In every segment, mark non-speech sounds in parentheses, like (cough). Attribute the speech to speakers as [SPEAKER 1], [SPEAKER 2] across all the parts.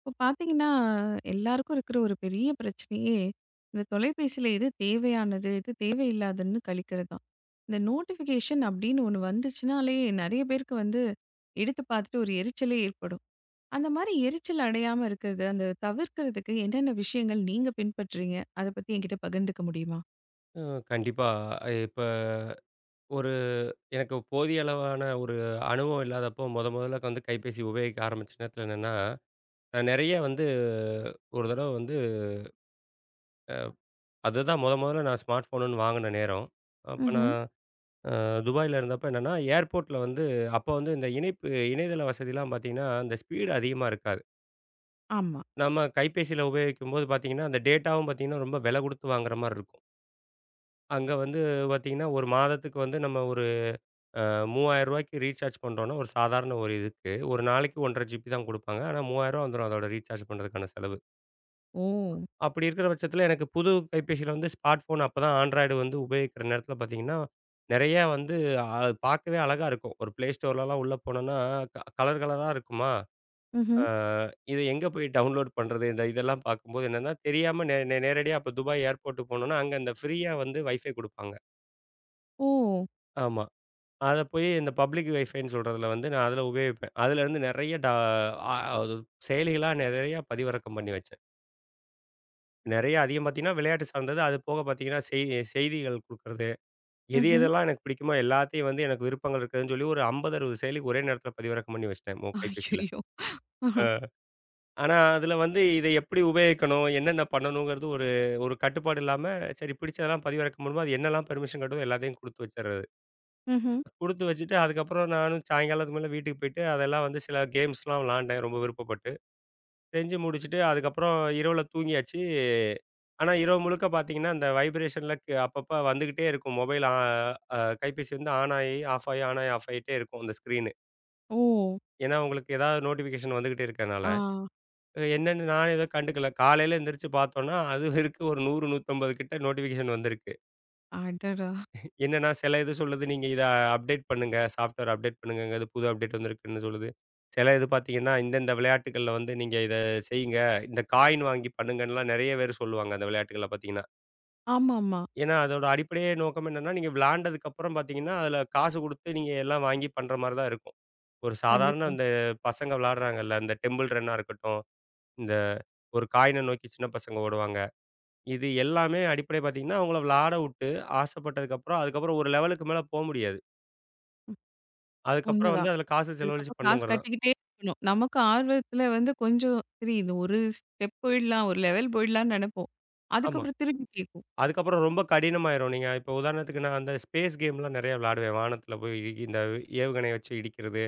[SPEAKER 1] இப்போ பார்த்தீங்கன்னா, எல்லாருக்கும் இருக்கிற ஒரு பெரிய பிரச்சனையே, இந்த தொலைபேசியில எது தேவையானது, எது தேவையில்லாதுன்னு கழிக்கிறது தான். இந்த நோட்டிஃபிகேஷன் அப்படின்னு ஒண்ணு வந்துச்சுனாலே, நெறைய பேருக்கு வந்து எடுத்து பார்த்துட்டு ஒரு எரிச்சலே ஏற்படும். அந்த மாரி எரிச்சல் அடையாம இருக்கிறது, அந்த தவிர்க்கிறதுக்கு என்னென்ன விஷயங்கள் நீங்க பின்பற்றீங்க? அத பத்தி என்கிட்ட பகிர்ந்துக்க முடியுமா?
[SPEAKER 2] ம். கண்டிப்பா. இப்ப ஒரு எனக்கு போதிய அளவான ஒரு அனுபவம் இல்லாதப்போ, மொதல்ல வந்து கைபேசி உபயோகிக்க ஆரம்பிச்ச நேரத்துல என்னன்னா, நான் நெறைய வந்து ஒரு தடவ வந்து அதுதான் மொதல்ல நான் ஸ்மார்ட் ஃபோனுன்னு வாங்குன நேரம். அப்ப
[SPEAKER 1] ம்ஹ்ம்.
[SPEAKER 2] நான் அ துபாய்ல இருந்தப்ப என்னன்னா, ஏர்போர்ட்ல வந்து அப்ப வந்து இந்த இணைப்பு இணையதள வசதிலாம் பாத்தீங்கன்னா, அந்த ஸ்பீடு அதிகமா இருக்காது.
[SPEAKER 1] ஆமா.
[SPEAKER 2] நம்ம கைபேசியில உபயோகிக்கும்போது பாத்தீங்கன்னா, அந்த டேட்டாவும் பாத்தீங்கன்னா, ரொம்ப விலை குடுத்து வாங்குற மாரி இருக்கும். அங்க வந்து பாத்தீங்கன்னா, 1 மாதத்துக்கு வந்து நம்ம ரூ. 3,000க்கு ரீசார்ஜ் பண்ணுறோம்னா, ஒரு சாதாரண ஒரு இதுக்கு, ஒரு நாளைக்கு 1 1/2 ஜிபி தான் குடுப்பாங்க. ஆனா, ரூ. 3,000 வந்துரும் அதோட ரீசார்ஜ் பண்ணுறதுக்கான செலவு.
[SPEAKER 1] ஓ!
[SPEAKER 2] அப்படி இருக்கிற பட்சத்தில எனக்கு புது கைபேசியில வந்து ஸ்மார்ட் ஃபோன் அப்ப தான் ஆண்ட்ராய்டு வந்து உபயோகிக்கிற நேரத்தில பார்த்தீங்கன்னா, நெறையா வந்து அ பார்க்கவே அழகா இருக்கும். ஒரு Play Storeலலாம் உள்ள போனோம்னா, கலர் கலரா இருக்குமா, அ
[SPEAKER 1] ம்ஹ்ம்.
[SPEAKER 2] இத எங்க போய் டவுன்லோட் பண்றது? இந்த இதெல்லாம் பார்க்கும்போது என்னன்னா, தெரியாம நே நே நேரடியா அப்ப துபாய் ஏர்போர்ட்டுக்கு போனோம்னா, அங்க இந்த ஃப்ரீயா வந்து வைஃபை குடுப்பாங்க.
[SPEAKER 1] ஓ!
[SPEAKER 2] ஆமா. அத போய் இந்த பப்ளிக் வைஃபைன்னு சொல்றதுல வந்து நான் அதில உபயோகிப்பேன். அதிலருந்து நெறைய டா அ அது செயலிகளா நெறையா பதிவிறக்கம் பண்ணி வச்சேன். நெறைய அதிகம் பார்த்தீங்கன்னா, விளையாட்டு சார்ந்தது. அது போக பார்த்தீங்கன்னா, செய்திகள் குடுக்குறது. எது
[SPEAKER 1] ம்ஹ்ம்.
[SPEAKER 2] எதெல்லாம் எனக்கு பிடிக்குமோ எல்லாத்தையும் வந்து எனக்கு விருப்பங்கள் இருக்குதுன்னு சொல்லி ஒரு 50, 60 செயலிக்கு ஒரே நேரத்தில பதிவிறக்கம் பண்ணி வச்சுட்டேன் கைபேசியில.
[SPEAKER 1] ஐயய்யோ!
[SPEAKER 2] அ ஆனா அதில வந்து இதை எப்படி உபயோகிக்கணும்? என்னென்ன பண்ணணுங்கிறது ஒரு ஒரு கட்டுப்பாடு இல்லாம சரி பிடிச்சதெல்லாம் பதிவிறக்கம் பண்ணும்போது, அது என்னெல்லாம் பெர்மிஷன் கட்டுதோ எல்லாத்தையும் குடுத்து வச்சறது.
[SPEAKER 1] ம்ஹ்ம்.
[SPEAKER 2] குடுத்து வச்சுட்டு, அதுக்கப்புறம் நானும் சாயங்காலத்துக்கு மேல வீட்டுக்கு போயிட்டு, அதெல்லாம் வந்து சில கேம்ஸ்லாம் விளாண்டேன் ரொம்ப விருப்பப்பட்டு. செஞ்சு முடிச்சுட்டு, அதுக்கப்புறம் இரவுல தூங்கியாச்சு. ஆனா, இரவு முழுக்க பார்த்தீங்கன்னா, அந்த வைப்ரேஷன்ல க் அப்பப்ப வந்துகிட்டே இருக்கும். மொபைல் ஆ அ கைபேசி வந்து ஆன் ஆயி, ஆஃப் ஆயி, ஆன் ஆயி, ஆஃப் ஆயிட்டே இருக்கும் அந்த ஸ்க்ரீனு.
[SPEAKER 1] ஓ!
[SPEAKER 2] ஏன்னா, உங்களுக்கு ஏதாவது நோட்டிஃபிகேஷன் வந்துகிட்டே இருக்கனால.
[SPEAKER 1] ஆ.
[SPEAKER 2] என்னன்னு நானே எதுவும் கண்டுக்கல. காலையில எந்திரிச்சு பார்த்தோன்னா, அது இருக்கு ஒரு 100, 150 கிட்ட நோட்டிஃபிகேஷன் வந்திருக்கு.
[SPEAKER 1] அடடா!
[SPEAKER 2] என்னன்னா, சில இது சொல்லுது, நீங்க இத அப்டேட் பண்ணுங்க. சாஃப்ட்வேர் அப்டேட் பண்ணுங்கங்க. இது புது அப்டேட் வந்திருக்குன்னு சொல்லுது. சில இது பார்த்தீங்கன்னா, இந்தந்த விளையாட்டுகள்ல வந்து நீங்க இத செய்யுங்க. இந்த காயின் வாங்கி பண்ணுங்கன்னுலாம் நெறைய பேர் சொல்லுவாங்க, அந்த விளையாட்டுகள்ல பார்த்தீங்கன்னா.
[SPEAKER 1] ஆமாமா.
[SPEAKER 2] ஏன்னா, அதோட அடிப்படையே நோக்கம் என்னன்னா, நீங்க விளையாண்டதுக்கப்புறம் பார்த்தீங்கன்னா, அதில காசு குடுத்து நீங்க எல்லாம் வாங்கி பண்ற மாரி தான் இருக்கும். ஒரு சாதாரண
[SPEAKER 1] கண்டிப்பா.
[SPEAKER 2] இந்த பசங்க விளையாடுறாங்கல்ல, இந்த டெம்பிள் ரன்னா இருக்கட்டும், இந்த ஒரு காயின நோக்கி சின்ன பசங்க ஓடுவாங்க. இது எல்லாமே அடிப்படை பார்த்தீங்கன்னா, அவங்கள விளையாட வுட்டு ஆசைப்பட்டதுக்கப்புறம், அதுக்கப்புறம் ஒரு லெவலுக்கு மேல போ முடியாது. அதுக்கப்புறம் வந்து
[SPEAKER 1] உண்மதான்.
[SPEAKER 2] அதில காசு செலவழிச்சு
[SPEAKER 1] அதுக்கப்புறம் காசு
[SPEAKER 2] பண்ணணுங்கிறது தான்.
[SPEAKER 1] கட்டிக்கிட்டே இருக்கணும். நமக்கு ஆர்வத்துல வந்து கொஞ்சம் சரி இது ஒரு ஸ்டெப் போயிடலாம், ஒரு லெவல் போயிடலாம்னு நெனைப்போம்.
[SPEAKER 2] ஆமா.
[SPEAKER 1] அதுக்கப்புறம் திருப்பி கேட்கும்.
[SPEAKER 2] அதுக்கப்புறம் ரொம்ப கடினமாயிரும். நீங்க இப்ப உதாரணத்துக்கு நான் அந்த ஸ்பேஸ் கேம்லாம் நெறைய விளையாடுவேன். வானத்தில போய் இந்த ஏவுகணைய வச்சு இடிக்கிறது,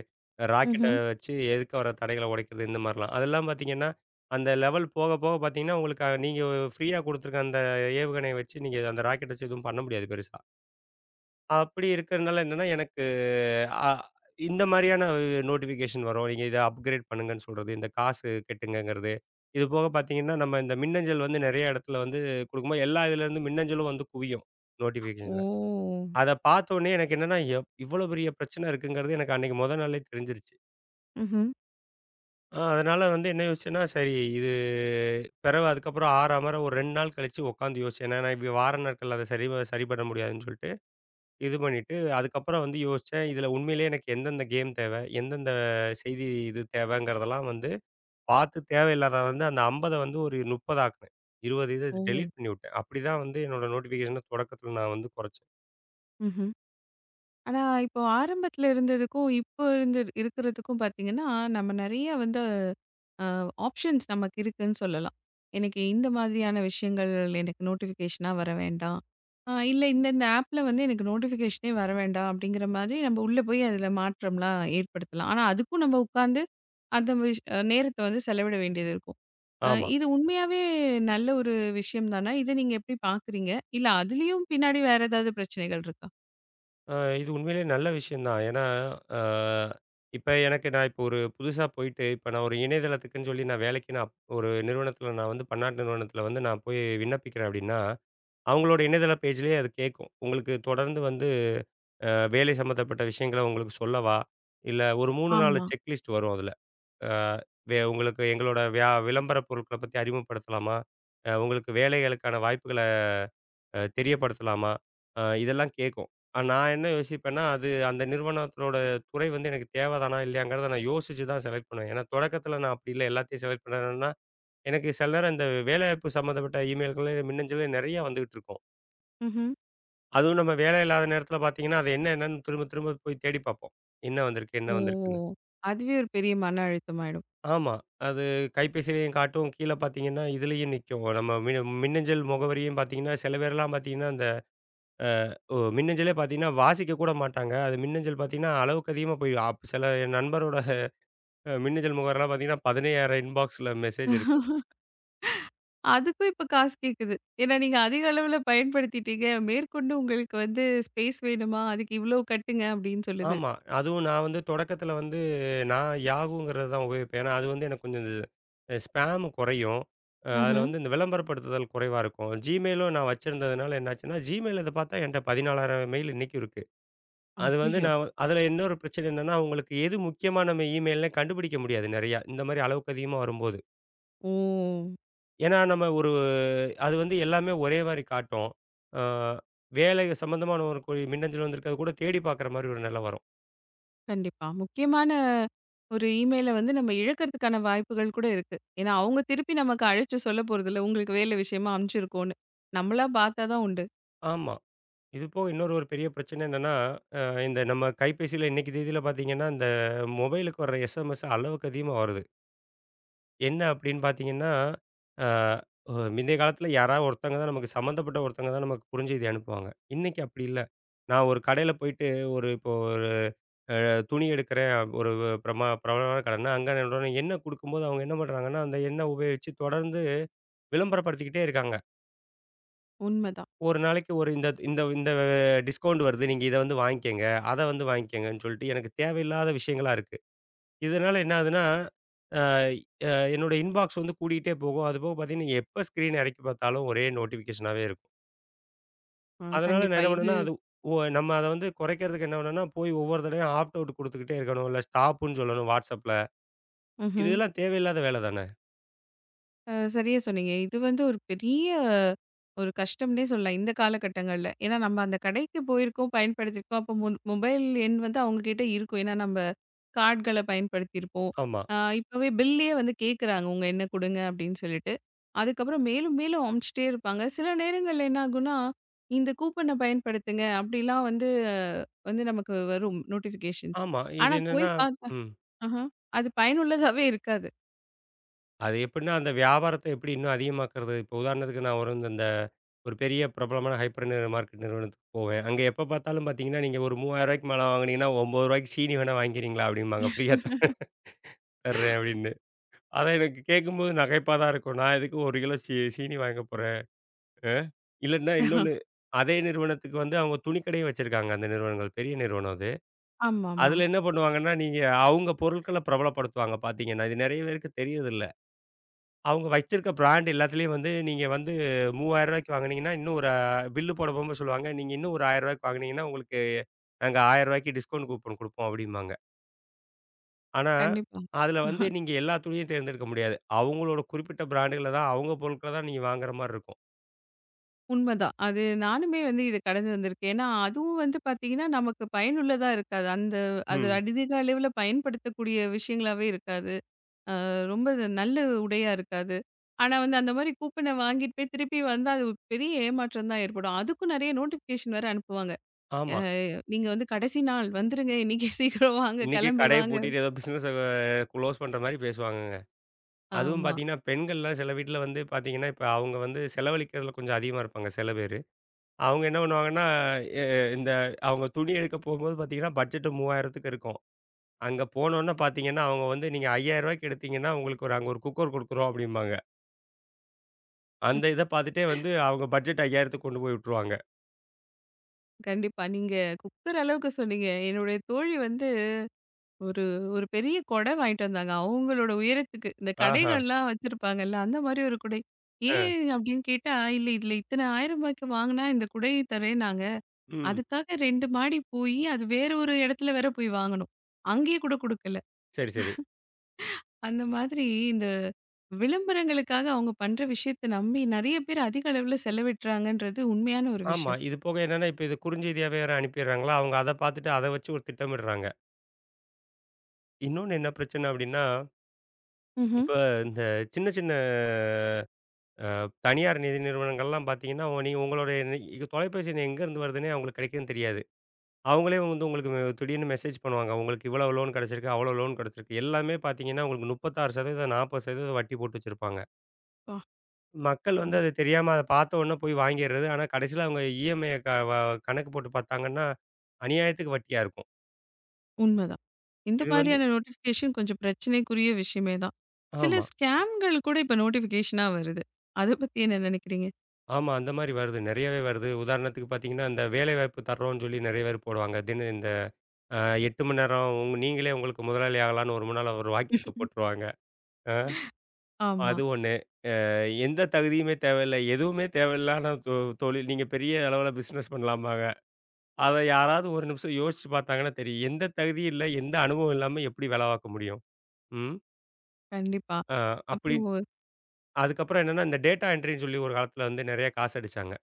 [SPEAKER 2] ராக்கெட்ட
[SPEAKER 1] ம்ஹ்ம்.
[SPEAKER 2] வச்சு எதுக்க வர தடைகள உடைக்கிறது இந்த மாரிலாம். அதெல்லாம் பார்த்தீங்கன்னா, அந்த லெவல் போக போக பார்த்தீங்கன்னா, உங்களுக்கு நீங்க ஃப்ரீயா குடுத்துருக்க அந்த ஏவுகணைய வச்சு நீங்க அந்த ராக்கெட்ட வச்சு எதுவும் பண்ண முடியாது பெருசா. அப்படி இருக்கிறனால என்னன்னா, எனக்கு அ இந்த மாரியான நோட்டிஃபிகேஷன் வரும். நீங்க இத அப்கிரேட் பண்ணுங்கன்னு சொல்றது, இந்த காசு கட்டுங்கங்கிறது. இது போக பார்த்தீங்கன்னா, நம்ம இந்த மின்னஞ்சல் வந்து நெறைய இடத்துல வந்து குடுக்கும்போது, எல்லா இதுலேருந்து மின்னஞ்சலும் வந்து குவியும் நோட்டிஃபிகேஷன்ல.
[SPEAKER 1] ஓ!
[SPEAKER 2] அத பார்த்த உடனே எனக்கு என்னன்னா, இவ்வளோ பெரிய பிரச்சனை இருக்குங்கிறது எனக்கு அன்னைக்கு மொத நாளே தெரிஞ்சிருச்சு.
[SPEAKER 1] ம்ஹ்ம்.
[SPEAKER 2] அதனால வந்து என்ன யோசிச்சேன்னா, சரி இது பிறவு அதுக்கப்புறம் ஆறாமற ஒரு 2 நாள் கழிச்சு உட்காந்து யோசிச்சேன். ஏன்னா, நான் இப்படி வார நாட்கள்ல அத சரி சரி பண்ண முடியாதுன்னு சொல்லிட்டு. இது பண்ணிட்டு, அதுக்கப்புறம் வந்து யோசிச்சேன், இதில உண்மையிலேயே எனக்கு எந்தெந்த கேம் தேவ? எந்தெந்த செய்தி இது தேவைங்கிறதெல்லாம் வந்து பார்த்து தேவையில்லாத வந்து அந்த 50 வந்து ஒரு 30 ஆக்குனேன். 20 இத
[SPEAKER 1] ஓ!
[SPEAKER 2] டெலீட் பண்ணிவிட்டேன். அப்படிதான் வந்து என்னோட நோட்டிஃபிகேஷன தொடக்கத்தில நான் வந்து குறைச்சேன்.
[SPEAKER 1] ம்ஹ்ம். ஆனா இப்போ ஆரம்பத்துல இருந்ததுக்கும், இப்போ இருந்தது இருக்கிறதுக்கும் பார்த்தீங்கன்னா, நம்ம நெறைய வந்து ஆப்ஷன்ஸ் நமக்கு இருக்குன்னு சொல்லலாம். எனக்கு இந்த மாதிரியான விஷயங்கள் எனக்கு நோட்டிஃபிகேஷனா வர வேண்டாம். இல்ல இந்தந்த ஆப்ல வந்து எனக்கு நோட்டிஃபிகேஷனே வர வேண்டாம் அப்படிங்கிற மாதிரி நம்ம உள்ள போய் அதில மாற்றம்லாம் ஏற்படுத்தலாம். ஆனா அதுக்கும் நம்ம உட்கார்ந்து அந்த விஷ் நேரத்த வந்து செலவிட வேண்டியது இருக்கும். அ
[SPEAKER 2] ஆமா.
[SPEAKER 1] இது உண்மையாவே நல்ல ஒரு விஷயம் தானா? இத நீங்க எப்படி பார்க்குறீங்க? இல்ல அதுலயும் பின்னாடி வேற ஏதாவது பிரச்சனைகள் இருக்கா?
[SPEAKER 2] அ இது உண்மையிலேயே நல்ல விஷயம் தான். ஏன்னா, அ இப்ப எனக்கு நான் இப்போ ஒரு புதுசா போயிட்டு, இப்ப நான் ஒரு இணையதளத்துக்குன்னு சொல்லி நான் வேலைக்கு நான் ஒரு நிறுவனத்தில நான் வந்து பன்னாட்டு நிறுவனத்தில வந்து நான் போய் விண்ணப்பிக்கிறேன் அப்படின்னா, அவங்களோட இணையதள பேஜ்லயே அது கேட்கும். உங்களுக்கு தொடர்ந்து வந்து வேலை சம்மந்தப்பட்ட விஷயங்கள உங்களுக்கு சொல்லவா, இல்ல ஒரு 3, 4
[SPEAKER 1] ஆமா.
[SPEAKER 2] செக்லிஸ்ட் வரும் அதுல. அ வே உங்களுக்கு எங்களோட விளம்பர பொருட்கள பத்தி அறிமுகப்படுத்தலாமா? உங்களுக்கு வேலைகளுக்கான வாய்ப்புகள தெரியப்படுத்தலாமா? இதெல்லாம் கேக்கும். நான் என்ன யோசிப்பேன்னா, அது அந்த நிறுவனத்தோட துறை வந்து எனக்கு தேவதானா, இல்லையாங்கிறத நான் யோசிச்சு தான் செலக்ட் பண்ணுவேன். ஏன்னா தொடக்கத்துல நான் அப்படி இல்ல. எல்லாத்தையும் செலக்ட் பண்ணேன்னா, எனக்கு சில நேரம் இந்த வேலைவாய்ப்பு சம்மந்தப்பட்ட இமெயில்களே, மின்னஞ்சலே நெறைய வந்துகிட்டு இருக்கும்.
[SPEAKER 1] ம்ஹ்ம்.
[SPEAKER 2] அதுவும் நம்ம வேலை இல்லாத நேரத்தில பார்த்தீங்கன்னா, அது என்ன என்னன்னு திரும்ப திரும்ப போய் தேடி பார்ப்போம். என்ன வந்திருக்கு? என்ன
[SPEAKER 1] ஓ!
[SPEAKER 2] வந்திருக்குன்னு?
[SPEAKER 1] அதுவே ஒரு பெரிய மன அழுத்தமாயிடும்.
[SPEAKER 2] ஆமா. அது கைபேசியிலயும் காட்டும். கீழ பார்த்தீங்கன்னா, இதுலயும் நிக்கும். நம்ம மின்னஞ்சல் முகவரியும் பார்த்தீங்கன்னா, சில பேர்லாம் பார்த்தீங்கன்னா, அந்த மின்னஞ்சலே பார்த்தீங்கன்னா, வாசிக்க கூட மாட்டாங்க. அது மின்னஞ்சல் பார்த்தீங்கன்னா, அளவுக்கு அதிகமா போய் சில என் நண்பரோட மின்னஞ்சல் முகவரிலாம் பார்த்தீங்கன்னா, 15,000 இன்பாக்ஸ்ல மெசேஜ் இருக்கும்.
[SPEAKER 1] அதுக்கும் இப்ப காசு கேக்குது. ஏன்னா நீங்க அதிக அளவுல பயன்படுத்திட்டீங்க. மேற்கொண்டு உங்களுக்கு வந்து ஸ்பேஸ் வேணுமா? அதுக்கு இவ்ளோ கட்டுங்க அப்டின்னு சொல்லுது.
[SPEAKER 2] ஆமா. அதுவும் நான் வந்து தொடக்கத்தில வந்து நான் யாகூங்கிறத தான் உபயோகிப்பேன். ஏன்னா, அது வந்து எனக்கு கொஞ்சம் இது ஸ்பேம் குறையும். அதில
[SPEAKER 1] ம்ஹ்ம்.
[SPEAKER 2] வந்து இந்த விளம்பரப்படுத்துதல் குறைவா இருக்கும். Gmailலும் நான் வச்சிருந்ததுனால என்னாச்சுன்னா, Gmail இத பார்த்தா என்ட்ட 14,000 மெயில் இன்னைக்கும் இருக்கு. அது வந்து
[SPEAKER 1] ஐய்யய்யோ!
[SPEAKER 2] நான் அதில இன்னொரு பிரச்சனை என்னன்னா, உங்களுக்கு எது முக்கியமான நம்ம இமெயில்னே கண்டுபிடிக்க முடியாது நெறையா. இந்த மாரி அளவுக்கு அதிகமா வரும்போது.
[SPEAKER 1] ஓ!
[SPEAKER 2] ஏன்னா, நம்ம ஒரு அது வந்து எல்லாமே ஒரே மாரி காட்டும். அ வேலை சம்மந்தமான ஒரு மின்னஞ்சல் வந்திருக்கு. அது கூட தேடி பார்க்குற மாரி ஒரு நிலை வரும்.
[SPEAKER 1] கண்டிப்பா. முக்கியமான ஒரு இமெயில வந்து நம்ம இழக்கிறதுக்கான வாய்ப்புகள் கூட இருக்கு. ஏன்னா அவங்க திருப்பி நமக்கு அழைச்சு சொல்ல போறதில்ல. உங்களுக்கு வேலை விஷயமா அனுப்பிச்சிருக்கோம்னு. நம்மளா பார்த்தா தான் உண்டு.
[SPEAKER 2] ஆமா. இது போக இன்னொரு ஒரு பெரிய பிரச்சனை என்னன்னா, அ இந்த நம்ம கைபேசியில இன்னைக்கு தேதியில பார்த்தீங்கன்னா, இந்த மொபைலுக்கு வர எஸ்எம்எஸ் அளவுக்கு அதிகமா வருது. என்ன அப்டின்னு பார்த்தீங்கன்னா, அ ஒ முந்தைய காலத்தில யாராவது ஒருத்தங்க தான் நமக்கு சம்மந்தப்பட்ட ஒருத்தங்க தான் நமக்கு குறுஞ்செய்தி அனுப்புவாங்க. இன்னைக்கு அப்படி இல்ல. நான் ஒரு கடையில போயிட்டு ஒரு இப்போ ஒரு துணி எடுக்கிறேன். ஒரு பிரபலமான கடைன்னா, அங்க என்ன குடுக்கும்போது அவங்க என்ன பண்றாங்கன்னா, அந்த எண்ண உபயோகிச்சு தொடர்ந்து விளம்பரப்படுத்திக்கிட்டே இருக்காங்க.
[SPEAKER 1] உண்மதான்.
[SPEAKER 2] ஒரு நாளைக்கு ஒரு இந்த இந்த இந்த டிஸ்கவுண்ட் வருது. நீங்க இத வந்து வாங்கிக்கங்க. அத வந்து வாங்கிக்கங்கன்னு சொல்லிட்டு எனக்கு தேவையில்லாத விஷயங்களா இருக்கு. இதனால என்ன ஆகுதுன்னா, அ அ என்னோட இன்பாக்ஸ் வந்து கூடிக்கிட்டே போகும். அதுபோக பார்த்தீங்கன்னா, எப்ப ஸ்க்ரீன் இறக்கி பார்த்தாலும் ஒரே நோட்டிஃபிகேஷனாவே இருக்கும். அதனால நான்
[SPEAKER 1] கண்டிப்பா.
[SPEAKER 2] என்ன
[SPEAKER 1] இது
[SPEAKER 2] பண்ணேன்னா, அது நம்ம அத வந்து குறைக்கிறதுக்கு என்ன பண்ணேன்னா, போய் ஒவ்வொரு தடவையும் ஆப்ட் அவுட் குடுத்துக்கிட்டே இருக்கணும். இல்ல ஸ்டாப்புன்னு சொல்லணும் WhatsAppல.
[SPEAKER 1] ம்ஹ்ம்.
[SPEAKER 2] இதெல்லாம் தேவையில்லாத வேலை தானே!
[SPEAKER 1] சரியா சொன்னீங்க. இது வந்து ஒரு பெரிய ஒரு கஷ்டம்னே சொல்லலாம். இந்த காலகட்டங்கள்ல. ஏன்னா நம்ம அந்த கடைக்கு போயிருக்கோம், பயன்படுத்தியிருக்கோம். அப்போ மொபைல் எண் வந்து அவங்ககிட்ட இருக்கும். ஏன்னா நம்ம கார்ட்கள பயன்படுத்தியிருப்போம்.
[SPEAKER 2] ஆமா,
[SPEAKER 1] இப்பவே பில்லேயே வந்து கேட்குறாங்க, "உங்க எண்ண குடுங்க" அப்படின்னு சொல்லிட்டு. அதுக்கப்புறம் மேலும் மேலும் அமுச்சுட்டே இருப்பாங்க. சில நேரங்கள்ல என்ன ஆகும்னா, இந்த கூப்பன பயன்படுத்துங்க அப்படிலாம் வந்து அஹ் வந்து நமக்கு வரும் நோட்டிஃபிகேஷன்ஸ்.
[SPEAKER 2] ஆமா. இது
[SPEAKER 1] ஆனா போய்
[SPEAKER 2] என்னன்னா
[SPEAKER 1] பார்த்தா
[SPEAKER 2] ம்.
[SPEAKER 1] ஆஹ. அது பயனுள்ளதாவே இருக்காது.
[SPEAKER 2] அது எப்படின்னா, அந்த வியாபாரத்த எப்படி இன்னும் அதிகமாக்குறது? இப்போ உதாரணத்துக்கு நான் ஒரு இந்த இந்த ஒரு பெரிய பிரபலமான ஹைப்பர் மார்க்கெட் நிறுவனத்துக்கு போவேன். அங்க எப்ப பார்த்தாலும் பார்த்தீங்கன்னா, நீங்க ஒரு ரூ. 3000க்கு மேல வாங்குனீங்கன்னா, ரூ. 9க்கு சீனி வேணா வாங்கிக்கிறீங்களா? அப்படிம்பாங்க. (laughs) ஃப்ரீயா தர்றேன் அப்படின்னு. அதான் எனக்கு கேட்கும்போது நகைப்பா தான் இருக்கும். நான் எதுக்கு 1 கிலோ சீனி வாங்க போறேன்? அ இல்லன்னா இன்னொன்னு அதே நிறுவனத்துக்கு வந்து அவங்க துணிக்கடையும் வச்சிருக்காங்க அந்த நிறுவனங்கள். பெரிய நிறுவனம் அது.
[SPEAKER 1] ஆமாமா.
[SPEAKER 2] அதுல என்ன பண்ணுவாங்கன்னா, நீங்க அவங்க பொருட்கள பிரபலப்படுத்துவாங்க பார்த்தீங்கன்னா, இது நெறைய பேருக்கு தெரியறதில்ல. அவங்க வச்சிருக்க பிராண்ட் எல்லாத்துலயும் வந்து நீங்க வந்து ரூ. 3,000 வாங்குனீங்கன்னா, இன்னும் ஒரு பில் போட போகும்போது சொல்லுவாங்க. நீங்க இன்னும் ஒரு ரூ. 1000 வாங்குனீங்கன்னா, உங்களுக்கு நாங்க ரூ. 1000 டிஸ்கவுண்ட் கூப்பன் குடுப்போம் அப்டிம்பாங்க. ஆனா,
[SPEAKER 1] கண்டிப்பா.
[SPEAKER 2] அதுல வந்து நீங்க எல்லா துணியும் தேர்ந்தெடுக்க முடியாது. அவங்களோட குறிப்பிட்ட பிராண்டுகள தான், அவங்க பொருட்கள தான் நீங்க வாங்குற மாரி இருக்கும்.
[SPEAKER 1] உண்மதான். அது நானுமே வந்து இத கடந்து வந்திருக்கேன். ஏன்னா, அதுவும் வந்து பார்த்தீங்கன்னா, நமக்கு பயனுள்ளதா இருக்காது. அந்த அது
[SPEAKER 2] ம்.
[SPEAKER 1] அதிக அளவில பயன்படுத்தக்கூடிய விஷயங்களாவே இருக்காது. அ ரொம்ப இது நல்ல உடையா இருக்காது. ஆனா வந்து அந்த மாரி கூப்பன வாங்கிட்டு போய் திருப்பி வந்தா, அது ஒரு பெரிய ஏமாற்றம் தான் ஏற்படும். அதுக்கும் நெறைய நோட்டிஃபிகேஷன் வேற அனுப்புவாங்க. அ
[SPEAKER 2] ஆமா.
[SPEAKER 1] நீங்க வந்து கடைசி நாள் வந்துருங்க, இன்னைக்கு (laughs) சீக்கிரம் வாங்க,
[SPEAKER 2] இன்னைக்கே
[SPEAKER 1] கிளம்பி
[SPEAKER 2] கடைய
[SPEAKER 1] வாங்க.
[SPEAKER 2] பூட்டிட்டு ஏதோ பிசினஸ குளோஸ் பண்ற மாரி பேசுவாங்கங்க. அதுவும்
[SPEAKER 1] ஆமா.
[SPEAKER 2] பாத்தீங்கன்னா, பெண்கள்லாம் சில வீட்ல வந்து பாத்தீங்கன்னா, இப்ப அவங்க வந்து செலவழிக்கிறதுல கொஞ்சம் அதிகமா இருப்பாங்க சில பேரு. அவங்க என்ன பண்ணுவாங்கன்னா, எ இந்த அவங்க துணி எடுக்க போம்போது பார்த்தீங்கன்னா, பட்ஜெட் 3,000க்கு இருக்கும். அங்க போனோனே பார்த்தீங்கன்னா, அவங்க வந்து நீங்க ரூ. 5,000க்கு எடுத்தீங்கன்னா, உங்களுக்கு ஒரு அங்க ஒரு குக்கர் குடுக்குறோம் அப்படிம்பாங்க. அந்த இத பார்த்துட்டே வந்து அவங்க பட்ஜெட் 5,000த்துக்கு கொண்டு போய் விட்டுருவாங்க.
[SPEAKER 1] கண்டிப்பா. நீங்க குத்துற அளவுக்கு சொன்னீங்க. என்னுடைய தோழி வந்து ஒரு ஒரு பெரிய கொடை வாங்கிட்டு வந்தாங்க. அவங்களோட உயரத்துக்கு. இந்த
[SPEAKER 2] ஆஹா.
[SPEAKER 1] கடைகள்லாம் வச்சிருப்பாங்கல்ல, அந்த மாரி ஒரு குடை.
[SPEAKER 2] அ.
[SPEAKER 1] ஏன் அப்படின்னு கேட்டா, "இல்ல இதுல இத்தனை ரூ. 1000க்கு வாங்குனா இந்த குடை தரேன்னாங்க.
[SPEAKER 2] ம்.
[SPEAKER 1] அதுக்காக 2 மாடி போயி, அது வேற ஒரு இடத்துல வேற போய் வாங்கணும். அங்கேயே கூட குடுக்கல."
[SPEAKER 2] சரி, சரி.
[SPEAKER 1] அந்த மாதிரி இந்த விளம்பரங்களுக்காக அவங்க பண்ற விஷயத்த நம்பி நெறைய பேர் அதிக அளவுல செலவிடுறாங்கன்றது உண்மையான ஒரு
[SPEAKER 2] ஆமா.
[SPEAKER 1] விஷயம்.
[SPEAKER 2] இது போக என்னன்னா, இப்ப இது குறுஞ்செய்தியாவே வேற அனுப்பிடுறாங்களா, அவங்க அத பார்த்துட்டு அத வச்சு ஒரு திட்டமிடுறாங்க. இன்னொன்னு என்ன பிரச்சனை அப்படின்னா,
[SPEAKER 1] ம்ஹ்ம்.
[SPEAKER 2] இப்ப இந்த சின்ன சின்ன தனியார் நிதி நிறுவனங்கள்லாம் பார்த்தீங்கன்னா, நீங்க உங்களுடைய நி- இது தொலைபேசி எண் எங்கேருந்து வருதுன்னே அவங்களுக்கு கிடைக்குதுன்னு தெரியாது. அவங்களே வந்து உங்களுக்கு மெ திடீர்னு மெசேஜ் பண்ணுவாங்க. உங்களுக்கு இவ்வளோ லோன் கிடைச்சிருக்கு, அவ்வளோ லோன் கிடைச்சிருக்கு. எல்லாமே பார்த்தீங்கன்னா, உங்களுக்கு 36% 40% வட்டி போட்டு வச்சிருப்பாங்க.
[SPEAKER 1] பா
[SPEAKER 2] மக்கள் வந்து அது தெரியாம அத பார்த்த உடனே போய் வாங்கிர்றது. ஆனா கடைசியில அவங்க இஎம்ஐய க வ கணக்கு போட்டு பார்த்தாங்கன்னா, அநியாயத்துக்கு வட்டியா இருக்கும்.
[SPEAKER 1] உண்மதான். இந்த
[SPEAKER 2] இது வந்து
[SPEAKER 1] மாதிரியான நோட்டிஃபிகேஷன் கொஞ்சம் பிரச்சனைக்குரிய விஷயமே தான். சில
[SPEAKER 2] ஆமா.
[SPEAKER 1] ஸ்கேம்கள் கூட இப்ப நோட்டிஃபிகேஷனா வருது. அத பத்தி என்ன நினைக்கிறீங்க?
[SPEAKER 2] ஆமா. அந்த மாரி வருது. நெறையவே வருது. உதாரணத்துக்கு பார்த்தீங்கன்னா, இந்த வேலைவாய்ப்பு தர்றோம்ன்னு சொல்லி நெறைய பேர் போடுவாங்க. இந்த அ 8 மணி நேரம் உங் நீங்களே உங்களுக்கு முதலாளி ஆகலான்னு ஒரு முன்னால ஒரு வாக்கியத்த
[SPEAKER 1] (laughs)
[SPEAKER 2] போட்டுருவாங்க. அ
[SPEAKER 1] ஆமா,
[SPEAKER 2] அது ஒண்ணு. எந்த தகுதியுமே தேவையில்ல. எதுவுமே தேவையில்லாத தொழில். நீங்க பெரிய அளவுல பிசினஸ் பண்ணலாம்பாங்க. அத யாராவது ஒரு நிமிஷம் யோசிச்சு பார்த்தாங்கன்னா தெரியும். எந்த தகுதியும் இல்ல, எந்த அனுபவம் இல்லாம எப்படி வேல பார்க்க முடியும்? ம்.
[SPEAKER 1] கண்டிப்பா.
[SPEAKER 2] அ அப்படி
[SPEAKER 1] அப்புறம் ஒரு-
[SPEAKER 2] அதுக்கப்புறம் என்னன்னா, இந்த டேட்டா என்ட்ரின்னு சொல்லி ஒரு காலத்துல வந்து நெறைய காசு அடிச்சாங்க.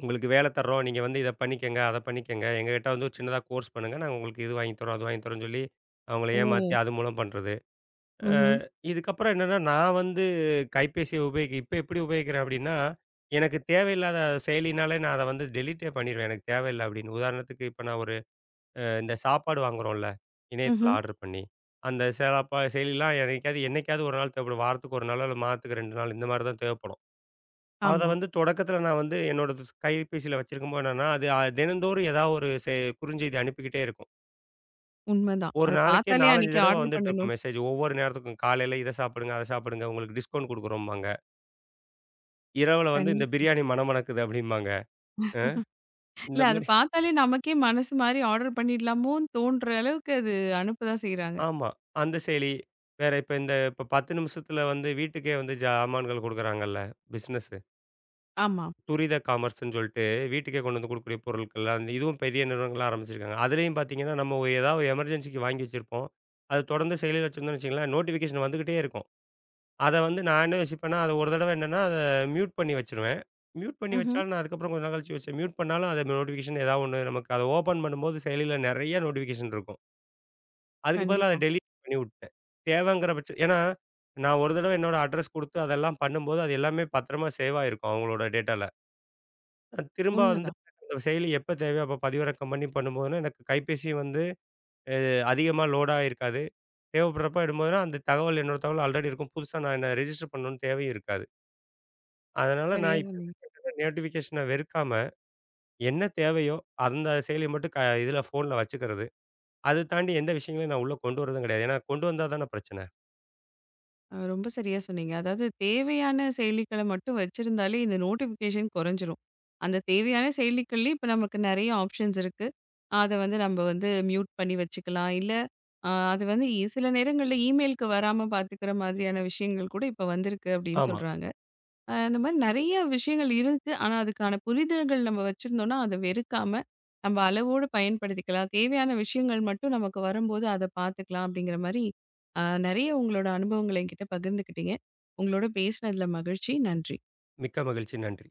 [SPEAKER 2] உங்களுக்கு வேல தர்றோம். நீங்க வந்து இத பண்ணிக்கங்க, அத பண்ணிக்கங்க. எங்ககிட்ட வந்து ஒரு சின்னதா கோர்ஸ் பண்ணுங்க. நாங்க உங்களுக்கு இது வாங்கி தர்றோம், அது வாங்கி தர்றோம்ன்னு சொல்லி, அவங்கள ஏமாத்தி
[SPEAKER 1] ஓ!
[SPEAKER 2] அது மூலம் பண்றது.
[SPEAKER 1] ம்ஹ்ம்,
[SPEAKER 2] இதுக்கப்புறம் என்னன்னா, நான் வந்து கைபேசிய உபயோகிக்க இப்ப எப்படி உபயோகிக்கிறேன் அப்படின்னா, எனக்கு தேவையில்லாத செயலினாலே நான் அத வந்து டெலீட்டே பண்ணிருவேன். எனக்கு தேவையில்ல அப்படின்னு. உதாரணத்துக்கு இப்ப நான் ஒரு இந்த சாப்பாடு வாங்குறோம்ல, இணையத்தில
[SPEAKER 1] ம்ஹ்ம்.
[SPEAKER 2] ஆர்டர் பண்ணி. அந்த சாப்பா செயலிலாம் என்னைக்காவது என்னைக்காவது ஒரு நாள் தேவைப்படும். வாரத்துக்கு 1 நாளோ, இல்ல மாதத்துக்கு 2 நாள் இந்த மாரி தான் தேவைப்படும். அத
[SPEAKER 1] ஆமா,
[SPEAKER 2] வந்து தொடக்கத்தில நான் வந்து என்னோட கைபேசியில வச்சிருக்கும்போது என்னன்னா, அது தினந்தோறும் ஏதாவது ஒரு குறுஞ்செய்தி அனுப்பிக்கிட்டே இருக்கும்.
[SPEAKER 1] உண்மதான்.
[SPEAKER 2] ஒரு
[SPEAKER 1] அத
[SPEAKER 2] நாளைக்கே
[SPEAKER 1] பார்த்தாலே
[SPEAKER 2] 4, 5
[SPEAKER 1] அன்னைக்கு
[SPEAKER 2] தடவ
[SPEAKER 1] ஆர்டர்
[SPEAKER 2] வந்துட்டுருக்கும்
[SPEAKER 1] பண்ணணும்.
[SPEAKER 2] மெசேஜ். ஒவ்வொரு நேரத்துக்கும் காலையில இத சாப்பிடுங்க, அத சாப்பிடுங்க. உங்களுக்கு டிஸ்கவுண்ட் குடுக்குறோம்பாங்க. இரவுல வந்து இந்த
[SPEAKER 1] கண்டிப்பா.
[SPEAKER 2] பிரியாணி மனம் மணக்குது அப்டிம்பாங்க. அ இந்த
[SPEAKER 1] இல்ல அது
[SPEAKER 2] மாரி
[SPEAKER 1] பார்த்தாலே நமக்கே மனசு மாறி ஆர்டர் பண்ணிடலாமோன்னு தோன்ற அளவுக்கு அது அனுப்ப தான் செய்றாங்க.
[SPEAKER 2] ஆமா. அந்த செயலி. வேற இப்ப இந்த இப்ப 10 நிமிஷத்துல வந்து வீட்டுக்கே வந்து ஜாமான்கள் குடுக்குறாங்கல்ல பிசினஸு.
[SPEAKER 1] ஆமா.
[SPEAKER 2] துரித காமர்ஸ்ன்னு சொல்ட்டு வீட்டுக்கே கொண்டு வந்து குடுக்கக்கூடிய பொருட்கள்லாம் வந்து இதுவும் பெரிய நிறுவனங்கள்லாம் ஆரம்பிச்சிருக்காங்க. அதுலயும் பார்த்தீங்கன்னா, நம்ம ஒரு ஏதாவது எமர்ஜென்சிக்கு வாங்கி வச்சிருப்போம். அது தொடர்ந்து செயலில வச்சிருந்தோம்னு வச்சுக்கங்களேன், நோட்டிஃபிகேஷன் வந்துகிட்டே இருக்கும். அத வந்து நான் என்ன யோசிப்பேன்னா, அத ஒரு தடவ என்னன்னா, அத மியூட் பண்ணி வச்சுருவேன். மியூட் பண்ணி
[SPEAKER 1] ம்ஹ்ம்.
[SPEAKER 2] வச்சாலும் நான் அதுக்கப்புறம் கொஞ்ச நாள் கழிச்சு வச்சேன். மியூட் பண்ணாலும் அது நோட்டிஃபிகேஷன் ஏதாவது ஒண்ணு நமக்கு அத ஓப்பன் பண்ணும்போது செயலில நெறைய நோட்டிஃபிகேஷன் இருக்கும். அதுக்கு பதிலா அத
[SPEAKER 1] கண்டிப்பா.
[SPEAKER 2] டெலீட் பண்ணி விட்டேன். தேவைங்கிற பட்ச ஏன்னா, நான் ஒரு தடவ என்னோட அட்ரஸ் குடுத்து அதெல்லாம் பண்ணும்போது, அது எல்லாமே பத்திரமா சேவ் ஆயிருக்கும் அவங்களோட டேட்டால. நான் திரும்ப வந்து
[SPEAKER 1] உண்மதான்.
[SPEAKER 2] அந்த செயலி எப்ப தேவையோ அப்ப பதிவிறக்கம் பண்ணி பண்ணும்போதுனா, எனக்கு கைபேசியும் வந்து அ அதிகமா லோடா இருக்காது. தேவைப்படுறப்ப எடுக்கும்போதுனா, அந்த தகவல் என்னோட தகவல் ஆல்ரெடி இருக்கும். புதுசா நான் என்ன ரிஜிஸ்டர் பண்ணணும்னு தேவையும் இருக்காது. அதனால
[SPEAKER 1] சரியா
[SPEAKER 2] நான் இப்ப
[SPEAKER 1] சொன்னீங்க.
[SPEAKER 2] நோட்டிஃபிகேஷன வெறுக்காம, என்ன தேவையோ அந்த செயலிய மட்டும் இதுல ஃபோன்ல வச்சுக்கிறது. அது தாண்டி எந்த விஷயங்களையும் நான் உள்ள கொண்டு வரதும் கிடையாது. ஏன்னா கொண்டு வந்தா தானே பிரச்சனை.
[SPEAKER 1] ரொம்ப சரியா சொன்னீங்க. அதாவது தேவையான செயலிகள மட்டும் வச்சிருந்தாலே இந்த நோட்டிஃபிகேஷன் குறைஞ்சிரும். அந்த தேவையான செயலிகள்லயே இப்ப நமக்கு நெறைய ஆப்ஷன்ஸ் இருக்கு. அத வந்து நம்ம வந்து மியூட் பண்ணி வச்சுக்கலாம். இல்ல அது வந்து சில நேரங்கள்ல இமெயிலுக்கு வராம பார்த்துக்கிற மாதிரியான விஷயங்கள் கூட இப்ப வந்திருக்கு அப்படின்னு
[SPEAKER 2] ஆமா.
[SPEAKER 1] சொல்றாங்க. இந்த மாரி நெறைய விஷயங்கள் இருக்கு. ஆனா, அதுக்கான புரிதல்கள் நம்ம வச்சிருந்தோம்னா, அத வெறுக்காம, நம்ம அளவோடு பயன்படுத்திக்கலாம். தேவையான விஷயங்கள் மட்டும் நமக்கு வரும்போது அத பார்த்துக்கலாம் அப்படிங்கிற மாரி, அ நெறைய உங்களோட அனுபவங்கள என்கிட்ட பகிர்ந்துக்கிட்டீங்க. உங்களோட பேசினதுல மகிழ்ச்சி. நன்றி.
[SPEAKER 2] மிக்க மகிழ்ச்சி. நன்றி.